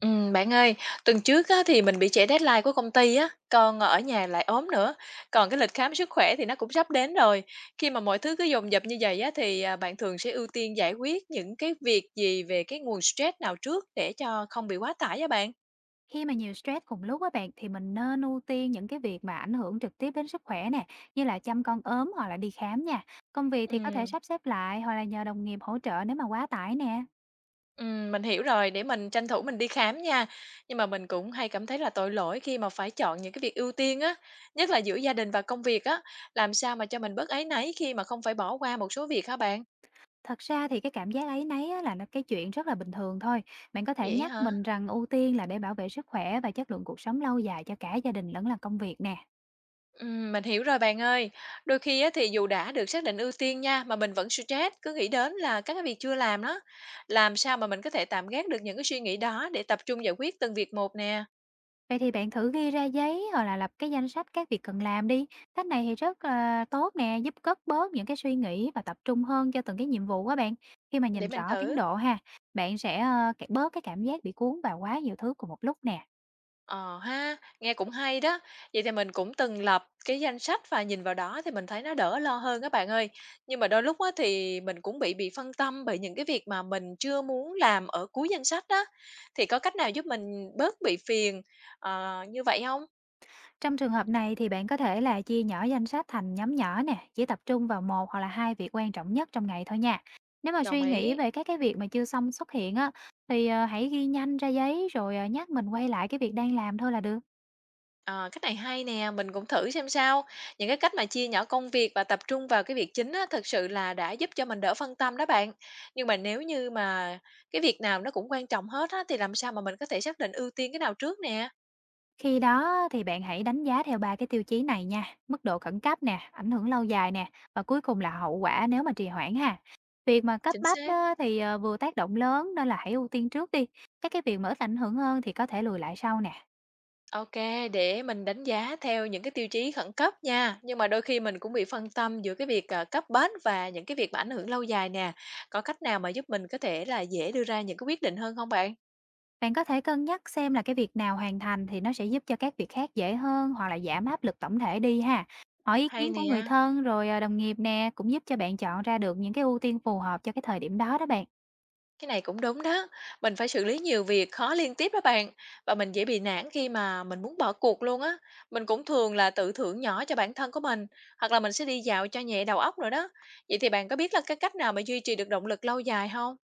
Bạn ơi, tuần trước á, thì mình bị trễ deadline của công ty á, còn ở nhà lại ốm nữa. Còn cái lịch khám sức khỏe thì nó cũng sắp đến rồi. Khi mà mọi thứ cứ dồn dập như vậy á, thì bạn thường sẽ ưu tiên giải quyết những cái việc gì về cái nguồn stress nào trước để cho không bị quá tải á bạn? Khi mà nhiều stress cùng lúc á bạn thì mình nên ưu tiên những cái việc mà ảnh hưởng trực tiếp đến sức khỏe nè, như là chăm con ốm hoặc là đi khám nha. Công việc thì có thể Ừm, sắp xếp lại hoặc là nhờ đồng nghiệp hỗ trợ nếu mà quá tải nè. Mình hiểu rồi, để mình tranh thủ mình đi khám nha. Nhưng mà mình cũng hay cảm thấy là tội lỗi khi mà phải chọn những cái việc ưu tiên á, nhất là giữa gia đình và công việc á. Làm sao mà cho mình bớt áy náy khi mà không phải bỏ qua một số việc hả bạn? Thật ra thì cái cảm giác ấy nấy á, là nó cái chuyện rất là bình thường thôi. Bạn có thể Vậy nhắc hả? mình rằng ưu tiên là để bảo vệ sức khỏe và chất lượng cuộc sống lâu dài cho cả gia đình lẫn là công việc nè. Mình hiểu rồi bạn ơi. Đôi khi á, thì dù đã được xác định ưu tiên nha, mà mình vẫn stress, cứ nghĩ đến là các cái việc chưa làm đó. Làm sao mà mình có thể tạm gác được những cái suy nghĩ đó để tập trung giải quyết từng việc một nè? Vậy thì bạn thử ghi ra giấy hoặc là lập cái danh sách các việc cần làm đi. Cách này thì rất là tốt nè, giúp cất bớt những cái suy nghĩ và tập trung hơn cho từng cái nhiệm vụ á bạn. Khi mà Để nhìn mình rõ tiến thử. độ ha, bạn sẽ bớt cái cảm giác bị cuốn vào quá nhiều thứ cùng một lúc nè. Ờ ha, nghe cũng hay đó. Vậy thì mình cũng từng lập cái danh sách và nhìn vào đó thì mình thấy nó đỡ lo hơn các bạn ơi. Nhưng mà đôi lúc á, thì mình cũng bị phân tâm bởi những cái việc mà mình chưa muốn làm ở cuối danh sách đó. Thì có cách nào giúp mình bớt bị phiền như vậy không? Trong trường hợp này thì bạn có thể là chia nhỏ danh sách thành nhóm nhỏ nè, chỉ tập trung vào một hoặc là hai việc quan trọng nhất trong ngày thôi nha. Nếu mà Đồng suy nghĩ ý. về các cái việc mà chưa xong xuất hiện á, thì hãy ghi nhanh ra giấy rồi nhắc mình quay lại cái việc đang làm thôi là được. Ờ, cách này hay nè, mình cũng thử xem sao. Những cái cách mà chia nhỏ công việc và tập trung vào cái việc chính á, thực sự là đã giúp cho mình đỡ phân tâm đó bạn. Nhưng mà nếu như mà cái việc nào nó cũng quan trọng hết á, thì làm sao mà mình có thể xác định ưu tiên cái nào trước nè? Khi đó thì bạn hãy đánh giá theo 3 cái tiêu chí này nha, mức độ khẩn cấp nè, ảnh hưởng lâu dài nè và cuối cùng là hậu quả nếu mà trì hoãn ha. Việc mà cấp Chính bách xác. á, thì vừa tác động lớn nên là hãy ưu tiên trước đi. Các cái việc mà ít ảnh hưởng hơn thì có thể lùi lại sau nè. Ok, để mình đánh giá theo những cái tiêu chí khẩn cấp nha. Nhưng mà đôi khi mình cũng bị phân tâm giữa cái việc cấp bách và những cái việc mà ảnh hưởng lâu dài nè. Có cách nào mà giúp mình có thể là dễ đưa ra những cái quyết định hơn không bạn? Bạn có thể cân nhắc xem là cái việc nào hoàn thành thì nó sẽ giúp cho các việc khác dễ hơn hoặc là giảm áp lực tổng thể đi ha. Hỏi ý Hay kiến của người nè. thân rồi đồng nghiệp nè cũng giúp cho bạn chọn ra được những cái ưu tiên phù hợp cho cái thời điểm đó đó bạn. Cái này cũng đúng đó, mình phải xử lý nhiều việc khó liên tiếp đó bạn, và mình dễ bị nản khi mà mình muốn bỏ cuộc luôn á. Mình cũng thường là tự thưởng nhỏ cho bản thân của mình, hoặc là mình sẽ đi dạo cho nhẹ đầu óc rồi đó. Vậy thì bạn có biết là cái cách nào mà duy trì được động lực lâu dài không?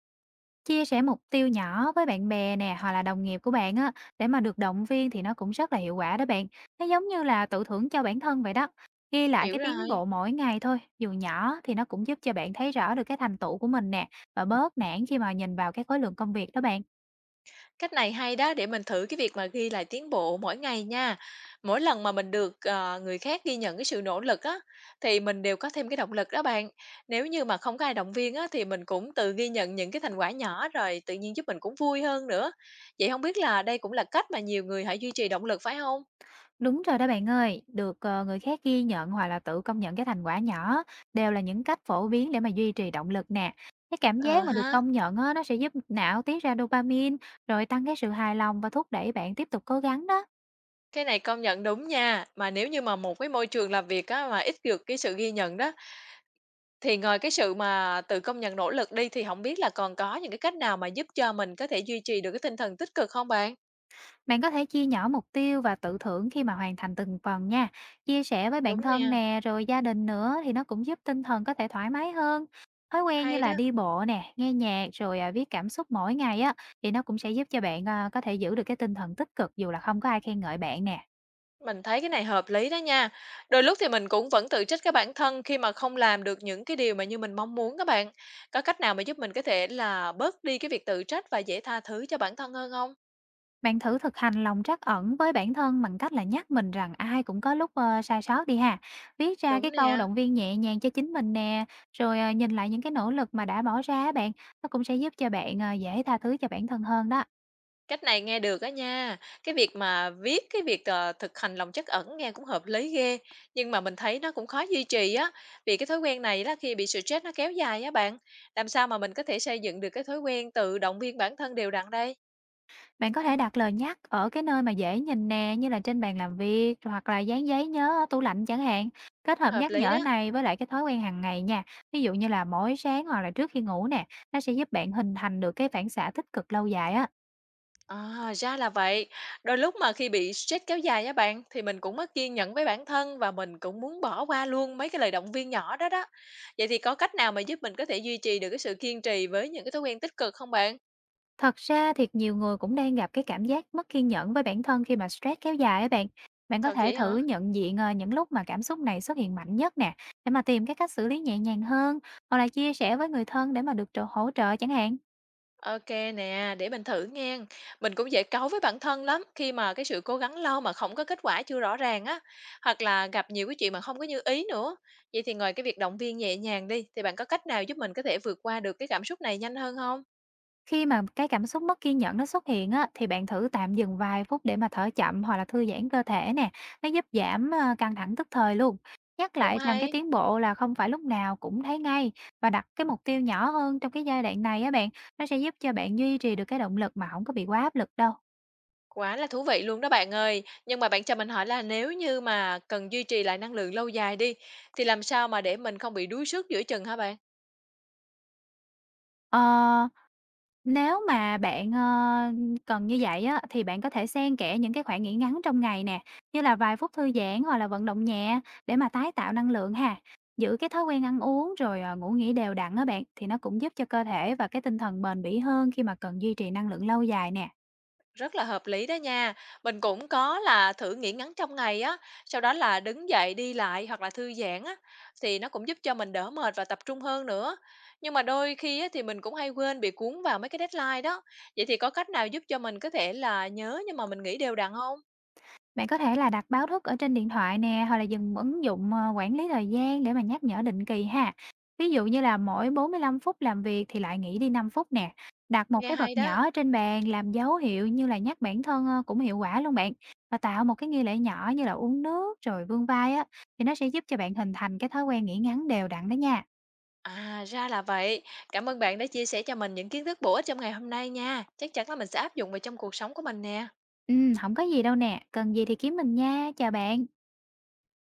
Chia sẻ mục tiêu nhỏ với bạn bè nè, hoặc là đồng nghiệp của bạn á, để mà được động viên thì nó cũng rất là hiệu quả đó bạn. Nó giống như là tự thưởng cho bản thân vậy đó. Ghi lại Hiểu cái tiến rồi. bộ mỗi ngày thôi, dù nhỏ thì nó cũng giúp cho bạn thấy rõ được cái thành tựu của mình nè, và bớt nản khi mà nhìn vào cái khối lượng công việc đó bạn. Cách này hay đó, để mình thử cái việc mà ghi lại tiến bộ mỗi ngày nha. Mỗi lần mà mình được, người khác ghi nhận cái sự nỗ lực á, thì mình đều có thêm cái động lực đó bạn. Nếu như mà không có ai động viên á, thì mình cũng tự ghi nhận những cái thành quả nhỏ rồi tự nhiên giúp mình cũng vui hơn nữa. Vậy không biết là đây cũng là cách mà nhiều người hãy duy trì động lực phải không? Đúng rồi đó bạn ơi, được, người khác ghi nhận hoặc là tự công nhận cái thành quả nhỏ đều là những cách phổ biến để mà duy trì động lực nè. Cái cảm Ờ giác mà được ha, công nhận á, nó sẽ giúp não tiết ra dopamine, rồi tăng cái sự hài lòng và thúc đẩy bạn tiếp tục cố gắng đó. cái này công nhận đúng nha. Mà nếu như mà một cái môi trường làm việc á, mà ít được cái sự ghi nhận đó, thì ngoài cái sự mà tự công nhận nỗ lực đi thì không biết là còn có những cái cách nào mà giúp cho mình có thể duy trì được cái tinh thần tích cực không bạn? Bạn có thể chia nhỏ mục tiêu và tự thưởng khi mà hoàn thành từng phần nha. Chia sẻ với bạn Đúng thân nè, nè, rồi gia đình nữa thì nó cũng giúp tinh thần có thể thoải mái hơn. Thói quen như hay là đó, đi bộ nè, nghe nhạc rồi viết cảm xúc mỗi ngày á thì nó cũng sẽ giúp cho bạn có thể giữ được cái tinh thần tích cực dù là không có ai khen ngợi bạn nè. mình thấy cái này hợp lý đó nha. Đôi lúc thì mình cũng vẫn tự trách cái bản thân khi mà không làm được những cái điều mà như mình mong muốn các bạn. Có cách nào mà giúp mình có thể là bớt đi cái việc tự trách và dễ tha thứ cho bản thân hơn không? Bạn thử thực hành lòng trắc ẩn với bản thân bằng cách là nhắc mình rằng ai cũng có lúc sai sót đi ha. Viết ra Đúng cái câu nè. động viên nhẹ nhàng cho chính mình nè, rồi nhìn lại những cái nỗ lực mà đã bỏ ra á bạn, nó cũng sẽ giúp cho bạn dễ tha thứ cho bản thân hơn đó. Cách này nghe được á nha. Cái việc mà viết cái việc, thực hành lòng trắc ẩn nghe cũng hợp lý ghê, nhưng mà mình thấy nó cũng khó duy trì á, vì cái thói quen này đó khi bị stress nó kéo dài á bạn. Làm sao mà mình có thể xây dựng được cái thói quen tự động viên bản thân đều đặn đây? Bạn có thể đặt lời nhắc ở cái nơi mà dễ nhìn nè, như là trên bàn làm việc hoặc là dán giấy nhớ ở tủ lạnh chẳng hạn. Kết hợp Hợp nhắc lý nhở đó. này với lại cái thói quen hàng ngày nha, ví dụ như là mỗi sáng hoặc là trước khi ngủ nè, nó sẽ giúp bạn hình thành được cái phản xạ tích cực lâu dài á. À, ra là vậy. Đôi lúc mà khi bị stress kéo dài á bạn, thì mình cũng mất kiên nhẫn với bản thân và mình cũng muốn bỏ qua luôn mấy cái lời động viên nhỏ đó đó. Vậy thì có cách nào mà giúp mình có thể duy trì được cái sự kiên trì với những cái thói quen tích cực không bạn? Thật ra thì nhiều người cũng đang gặp cái cảm giác mất kiên nhẫn với bản thân khi mà stress kéo dài á bạn. Bạn có Thật thể vậy hả? thử nhận diện, những lúc mà cảm xúc này xuất hiện mạnh nhất nè, để mà tìm cái cách xử lý nhẹ nhàng hơn, hoặc là chia sẻ với người thân để mà được trợ hỗ trợ chẳng hạn. Ok nè, để mình thử nghe. Mình cũng dễ cáu với bản thân lắm, khi mà cái sự cố gắng lâu mà không có kết quả chưa rõ ràng á, hoặc là gặp nhiều cái chuyện mà không có như ý nữa. Vậy thì ngoài cái việc động viên nhẹ nhàng đi, thì bạn có cách nào giúp mình có thể vượt qua được cái cảm xúc này nhanh hơn không? Khi mà cái cảm xúc mất kiên nhẫn nó xuất hiện á, thì bạn thử tạm dừng vài phút để mà thở chậm hoặc là thư giãn cơ thể nè, nó giúp giảm căng thẳng tức thời luôn. Nhắc Cũng lại rằng cái hay, tiến bộ là không phải lúc nào cũng thấy ngay và đặt cái mục tiêu nhỏ hơn trong cái giai đoạn này á bạn, nó sẽ giúp cho bạn duy trì được cái động lực mà không có bị quá áp lực đâu. quá là thú vị luôn đó bạn ơi. Nhưng mà bạn cho mình hỏi là nếu như mà cần duy trì lại năng lượng lâu dài đi, thì làm sao mà để mình không bị đuối sức giữa chừng hả bạn? Ờ, nếu mà bạn cần như vậy á, thì bạn có thể xen kẽ những cái khoảng nghỉ ngắn trong ngày nè, như là vài phút thư giãn hoặc là vận động nhẹ để mà tái tạo năng lượng ha. Giữ cái thói quen ăn uống rồi, ngủ nghỉ đều đặn á bạn, thì nó cũng giúp cho cơ thể và cái tinh thần bền bỉ hơn khi mà cần duy trì năng lượng lâu dài nè. Rất là hợp lý đó nha. Mình cũng có là thử nghỉ ngắn trong ngày á, sau đó là đứng dậy đi lại hoặc là thư giãn á, thì nó cũng giúp cho mình đỡ mệt và tập trung hơn nữa. Nhưng mà đôi khi á, thì mình cũng hay quên bị cuốn vào mấy cái deadline đó. Vậy thì có cách nào giúp cho mình có thể là nhớ nhưng mà mình nghĩ đều đặn không? Bạn có thể là đặt báo thức ở trên điện thoại nè, hoặc là dùng ứng dụng, quản lý thời gian để mà nhắc nhở định kỳ ha. Ví dụ như là mỗi 45 phút làm việc thì lại nghỉ đi 5 phút nè. Đặt một Nghe cái vật hay đó. nhỏ ở trên bàn làm dấu hiệu như là nhắc bản thân, cũng hiệu quả luôn bạn. Và tạo một cái nghi lễ nhỏ như là uống nước rồi vươn vai á, thì nó sẽ giúp cho bạn hình thành cái thói quen nghỉ ngắn đều đặn đó nha. À, ra là vậy. Cảm ơn bạn đã chia sẻ cho mình những kiến thức bổ ích trong ngày hôm nay nha. Chắc chắn là mình sẽ áp dụng vào trong cuộc sống của mình nè. Hổng có gì đâu nè, cần gì thì kiếm mình nha, chào bạn.